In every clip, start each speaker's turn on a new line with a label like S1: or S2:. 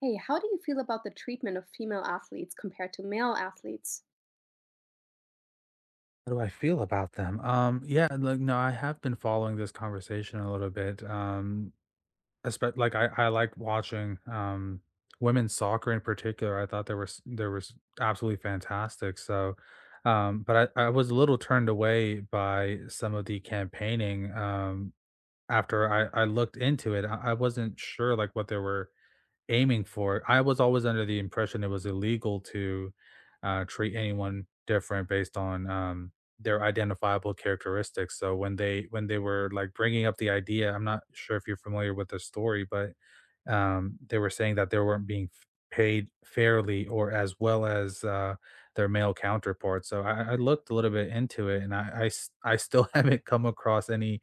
S1: Hey, how do you feel about the treatment of female athletes compared to male athletes?
S2: How do I feel about them? Yeah, like no, I have been following this conversation a little bit. Especially I like watching women's soccer in particular. I thought there was absolutely fantastic. But I was a little turned away by some of the campaigning. After I looked into it, I wasn't sure like what they were aiming for. I was always under the impression it was illegal to treat anyone different based on their identifiable characteristics. So when they were, like, bringing up the idea, I'm not sure if you're familiar with the story, but, they were saying that they weren't being f paid fairly or as well as, their male counterparts. So I looked a little bit into it, and I still haven't come across any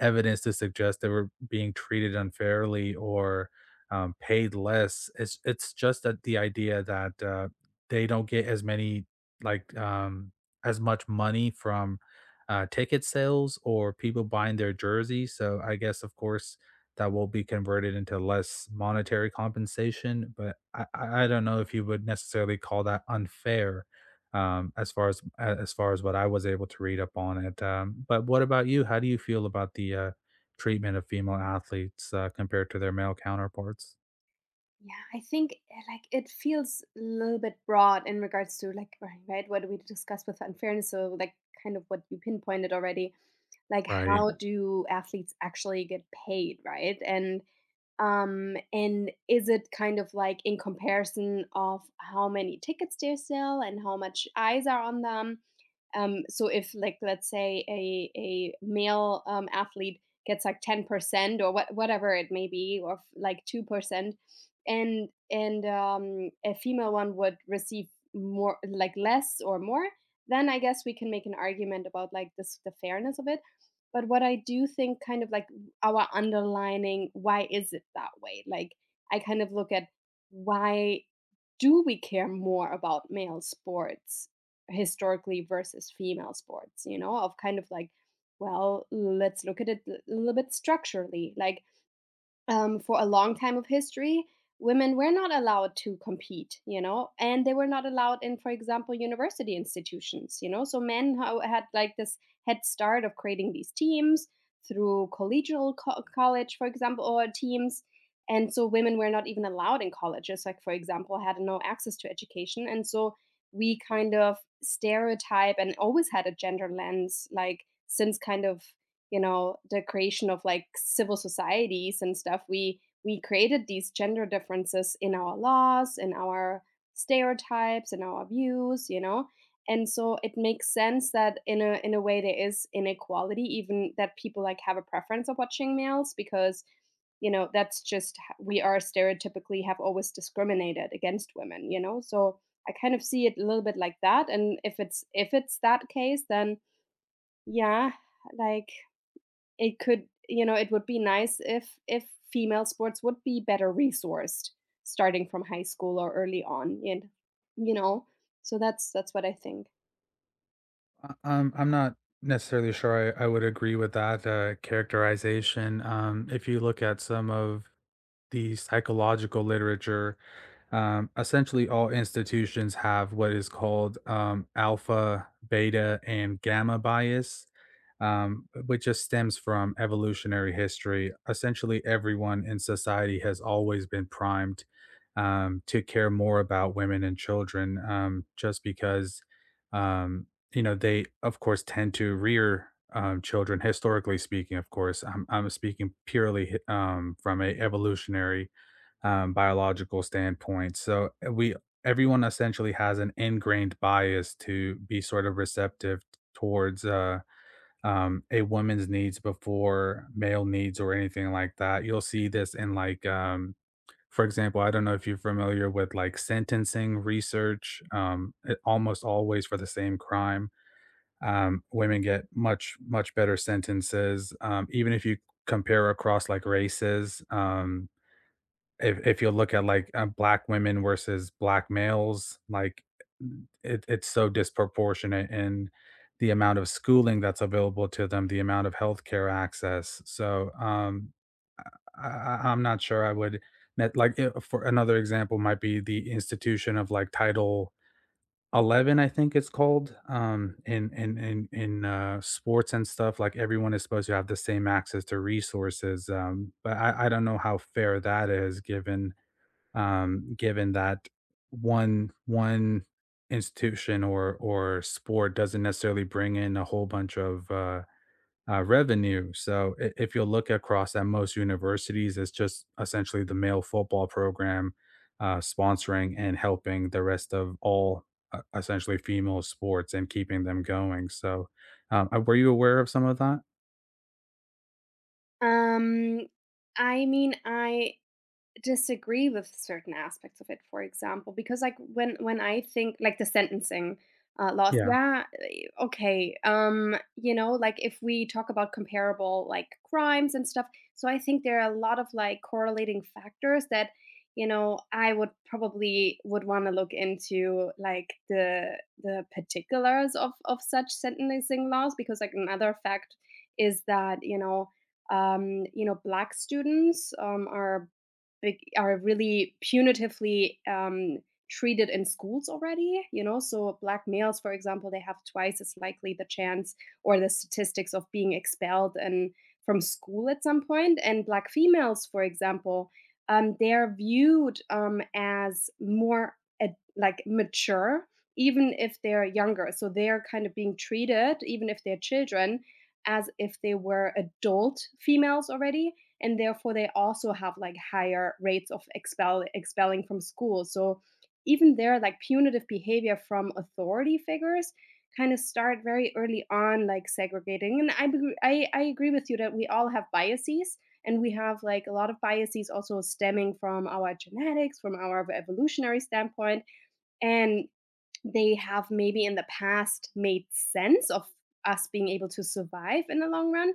S2: evidence to suggest they were being treated unfairly or, paid less. It's just that the idea that they don't get as many like um, as much money from ticket sales or people buying their jersey. So I guess of course that will be converted into less monetary compensation. But I don't know if you would necessarily call that unfair. As far as what I was able to read up on it, but what about you? How do you feel about the treatment of female athletes compared to their male counterparts?
S1: Yeah, I think like it feels a little bit broad in regards to like right, what we discussed with unfairness. So like kind of what you pinpointed already, like Right.
S2: Right.
S1: how do athletes actually get paid, right? And is it kind of like in comparison of how many tickets they sell and how much eyes are on them? So if like let's say a male athlete gets like 10% or whatever it may be or like 2%, and a female one would receive more, like less or more, then I guess we can make an argument about like this the fairness of it. But what I do think kind of like our underlining, why is it that way? Like I kind of look at, why do we care more about male sports historically versus female sports? You know, of kind of like, well, let's look at it a little bit structurally. Like, for a long time of history, women were not allowed to compete, you know, and they were not allowed in, for example, university institutions, you know. So men had like this head start of creating these teams through college, for example, or teams. And so women were not even allowed in colleges, like, for example, had no access to education. And so we kind of stereotype and always had a gender lens, like, since kind of, you know, the creation of like civil societies and stuff, we created these gender differences in our laws, in our stereotypes, in our views, you know. And so it makes sense that in a way there is inequality, even that people like have a preference of watching males, because, you know, that's just we are stereotypically have always discriminated against women, you know. So I kind of see it a little bit like that, and if it's that case, then yeah, like it could, you know, it would be nice if female sports would be better resourced starting from high school or early on, and you know? So that's what I think.
S2: I'm not necessarily sure I would agree with that characterization. If you look at some of the psychological literature, essentially all institutions have what is called alpha, beta, and gamma bias, which just stems from evolutionary history. Essentially, everyone in society has always been primed to care more about women and children, just because um, you know they, of course, tend to rear. Children, historically speaking, of course, I'm speaking purely from a evolutionary biological standpoint. So eh, we everyone essentially has an ingrained bias to be sort of receptive towards a woman's needs before male needs or anything like that. You'll see this in like, for example, I don't know if you're familiar with like sentencing research. Almost always for the same crime, women get much better sentences, even if you compare across like races. If you look at like black women versus black males, like it's so disproportionate in the amount of schooling that's available to them, the amount of healthcare access. So I'm not sure I would for another example might be the institution of like Title 11, I think it's called in sports and stuff. Like everyone is supposed to have the same access to resources, but I don't know how fair that is given given that one institution or sport doesn't necessarily bring in a whole bunch of revenue. So if you look across at most universities, it's just essentially the male football program sponsoring and helping the rest of all essentially female sports and keeping them going. Were you aware of some of that?
S1: Um, I mean, I disagree with certain aspects of it, for example, because like when I think like the sentencing laws,
S2: Yeah.
S1: Yeah. yeah, okay, you know, like if we talk about comparable like crimes and stuff, so I think there are a lot of like correlating factors that, you know, I would probably would want to look into, like the particulars of such sentencing laws, because like another fact is that, you know, you know, black students are bec are really punitively, treated in schools already, you know? So black males, for example, they have twice as likely the chance or the statistics of being expelled and from school at some point. And black females, for example, they are viewed, as more ad like, mature, even if they're younger. So they are kind of being treated, even if they're children, as if they were adult females already, and therefore they also have like higher rates of expelling from school. So even there like punitive behavior from authority figures kind of start very early on, like segregating. And I agree with you that we all have biases, and we have like a lot of biases also stemming from our genetics, from our evolutionary standpoint. And they have maybe in the past made sense of us being able to survive in the long run.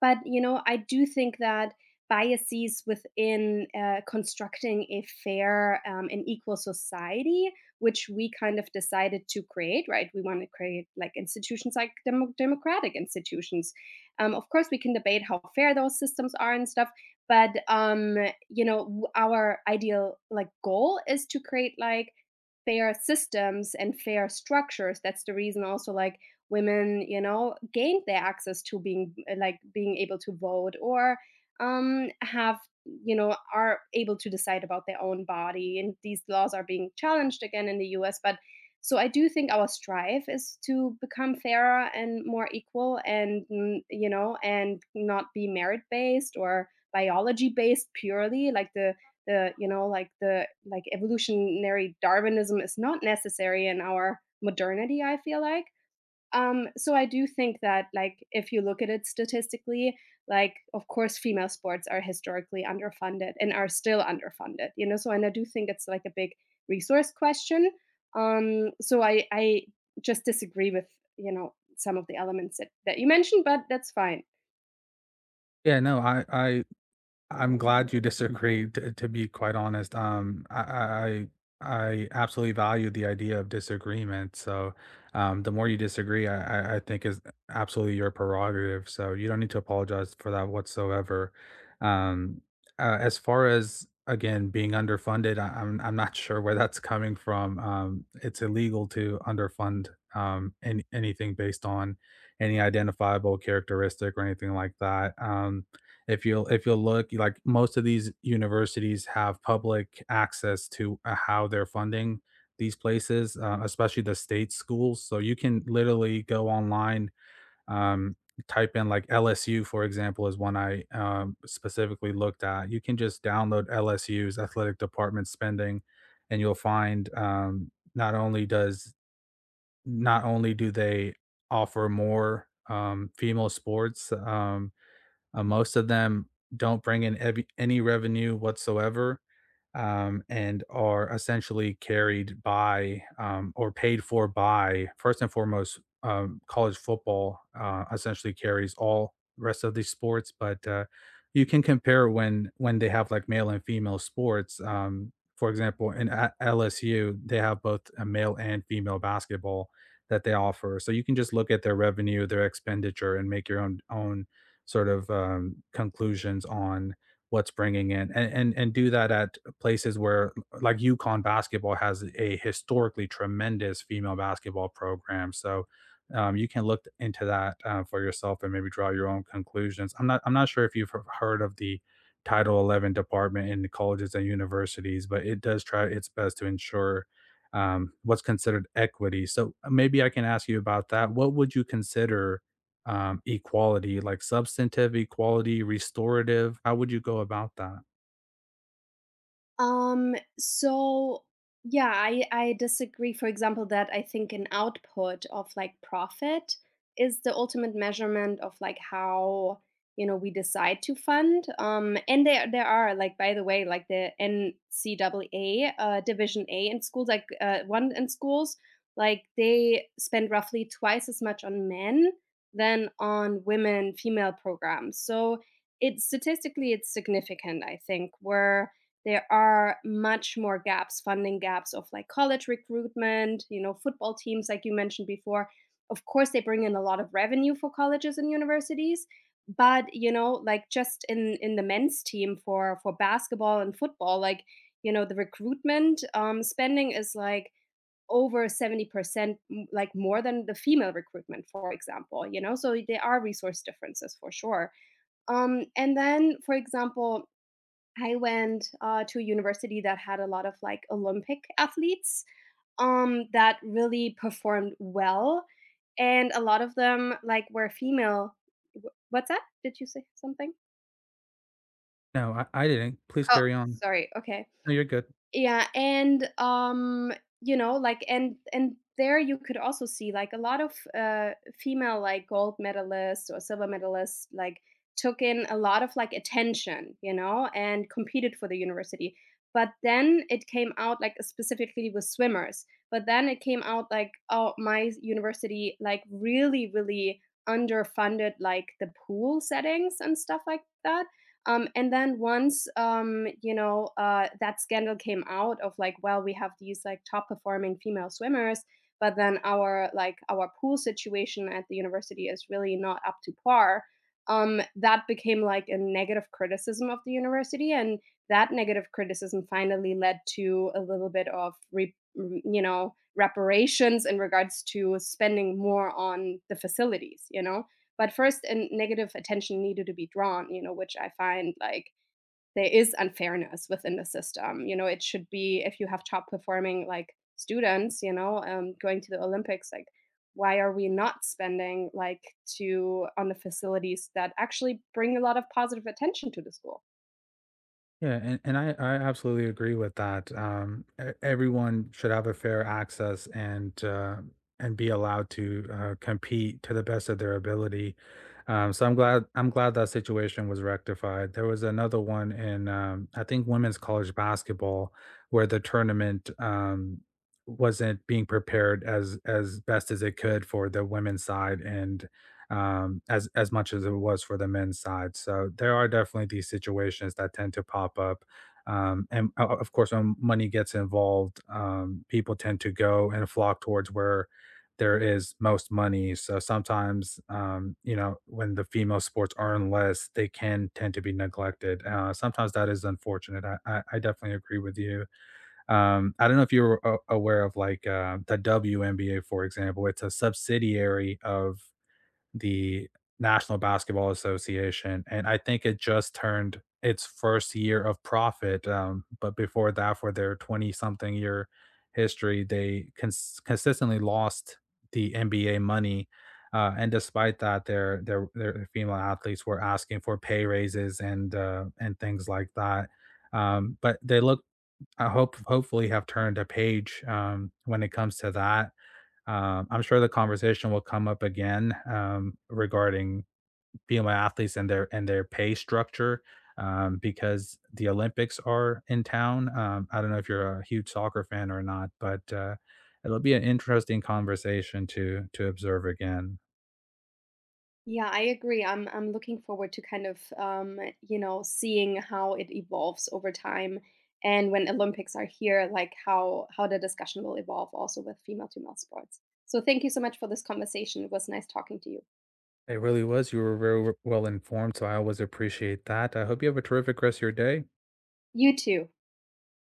S1: But, you know, I do think that biases within constructing a fair and equal society, which we kind of decided to create, right? We want to create like institutions, like democratic institutions. Of course, we can debate how fair those systems are and stuff. But, you know, our ideal like goal is to create like fair systems and fair structures. That's the reason also like women, you know, gained their access to being like being able to vote, or have, you know, are able to decide about their own body. And these laws are being challenged again in the US. But so I do think our strive is to become fairer and more equal, and mm, you know, and not be merit based or biology based purely, like the, you know, like the, like evolutionary darwinism is not necessary in our modernity, I feel like. So I do think that like if you look at it statistically, like of course female sports are historically underfunded and are still underfunded, you know. So and I do think it's like a big resource question. So I just disagree with, you know, some of the elements that you mentioned, but that's fine.
S2: Yeah, no, I I'm glad you disagree. To be quite honest, I absolutely value the idea of disagreement. So, the more you disagree, I think is absolutely your prerogative. So you don't need to apologize for that whatsoever. Um, as far as again being underfunded, I'm not sure where that's coming from. It's illegal to underfund any, anything based on any identifiable characteristic or anything like that. If you'll look, like most of these universities have public access to how they're funding these places, especially the state schools. So you can literally go online, um, type in like LSU, for example, is one I specifically looked at. You can just download LSU's athletic department spending, and you'll find not only do they offer more female sports, most of them don't bring in any revenue whatsoever, and are essentially carried by or paid for by, first and foremost, college football. Essentially carries all rest of these sports. But you can compare when they have like male and female sports. For example, in at LSU, they have both a male and female basketball that they offer. So you can just look at their revenue, their expenditure, and make your own sort of conclusions on what's bringing in. And do that at places where like UConn basketball has a historically tremendous female basketball program. So you can look into that for yourself and maybe draw your own conclusions. I'm not sure if you've heard of the Title 11 department in the colleges and universities, but it does try its best to ensure what's considered equity. So maybe I can ask you about that. What would you consider equality, like substantive equality, restorative? How would you go about that?
S1: So yeah, I disagree. For example, that I think an output of like profit is the ultimate measurement of like how, you know, we decide to fund. And there are like, by the way, like the NCAA Division A in schools like one in schools, like they spend roughly twice as much on men than on women female programs. So it statistically it's significant. I think where there are much more gaps, funding gaps of like college recruitment, you know, football teams, like you mentioned before. Of course, they bring in a lot of revenue for colleges and universities, but you know, like just in the men's team for basketball and football, like, you know, the recruitment spending is like over 70%, like more than the female recruitment, for example. You know, so there are resource differences for sure. And then for example, I went to a university that had a lot of like Olympic athletes, that really performed well, and a lot of them like were female. What's that? Did you say something?
S2: No, I didn't. Please
S1: Oh,
S2: carry on.
S1: sorry. Okay.
S2: No, you're good.
S1: Yeah, and, you know, like and there you could also see, like, a lot of, female, like, gold medalists or silver medalists, like, took in a lot of, like, attention, you know, and competed for the university. But then it came out, like, specifically with swimmers, but then it came out like, "Oh, my university, like, really, really underfunded, like, the pool settings and stuff like that." And then once you know that scandal came out of like, well, we have these like top performing female swimmers, but then our like our pool situation at the university is really not up to par. That became like a negative criticism of the university, and that negative criticism finally led to a little bit of you know reparations in regards to spending more on the facilities. You know, but first a negative attention needed to be drawn, you know, which I find like there is unfairness within the system. You know, it should be if you have top performing like students, you know, going to the olympics, like why are we not spending like to on the facilities that actually bring a lot of positive attention to the school?
S2: Yeah, and I absolutely agree with that. Everyone should have a fair access and be allowed to compete to the best of their ability. So I'm glad that situation was rectified. There was another one in I think women's college basketball, where the tournament wasn't being prepared as best as it could for the women's side, and as much as it was for the men's side. So there are definitely these situations that tend to pop up. Of course, when money gets involved, people tend to go and flock towards where there is most money. So sometimes, you know, when the female sports earn less, they can tend to be neglected. Sometimes that is unfortunate. I definitely agree with you. I don't know if you're aware of like the WNBA, for example. It's a subsidiary of the National Basketball Association, and I think it just turned its first year of profit. But before that, for their 20 something year history, they consistently lost the NBA money. And despite that, their female athletes were asking for pay raises and and things like that. But they, look, I hope, hopefully, have turned a page when it comes to that. I'm sure the conversation will come up again regarding female athletes and their pay structure because the Olympics are in town. I don't know if you're a huge soccer fan or not, but it'll be an interesting conversation to observe again.
S1: Yeah, I agree. I'm looking forward to kind of you know seeing how it evolves over time, and when Olympics are here, like how the discussion will evolve also with female to male sports. So thank you so much for this conversation. It was nice talking to you.
S2: It really was. You were very well informed, so I always appreciate that. I hope you have a terrific rest of your day.
S1: You too.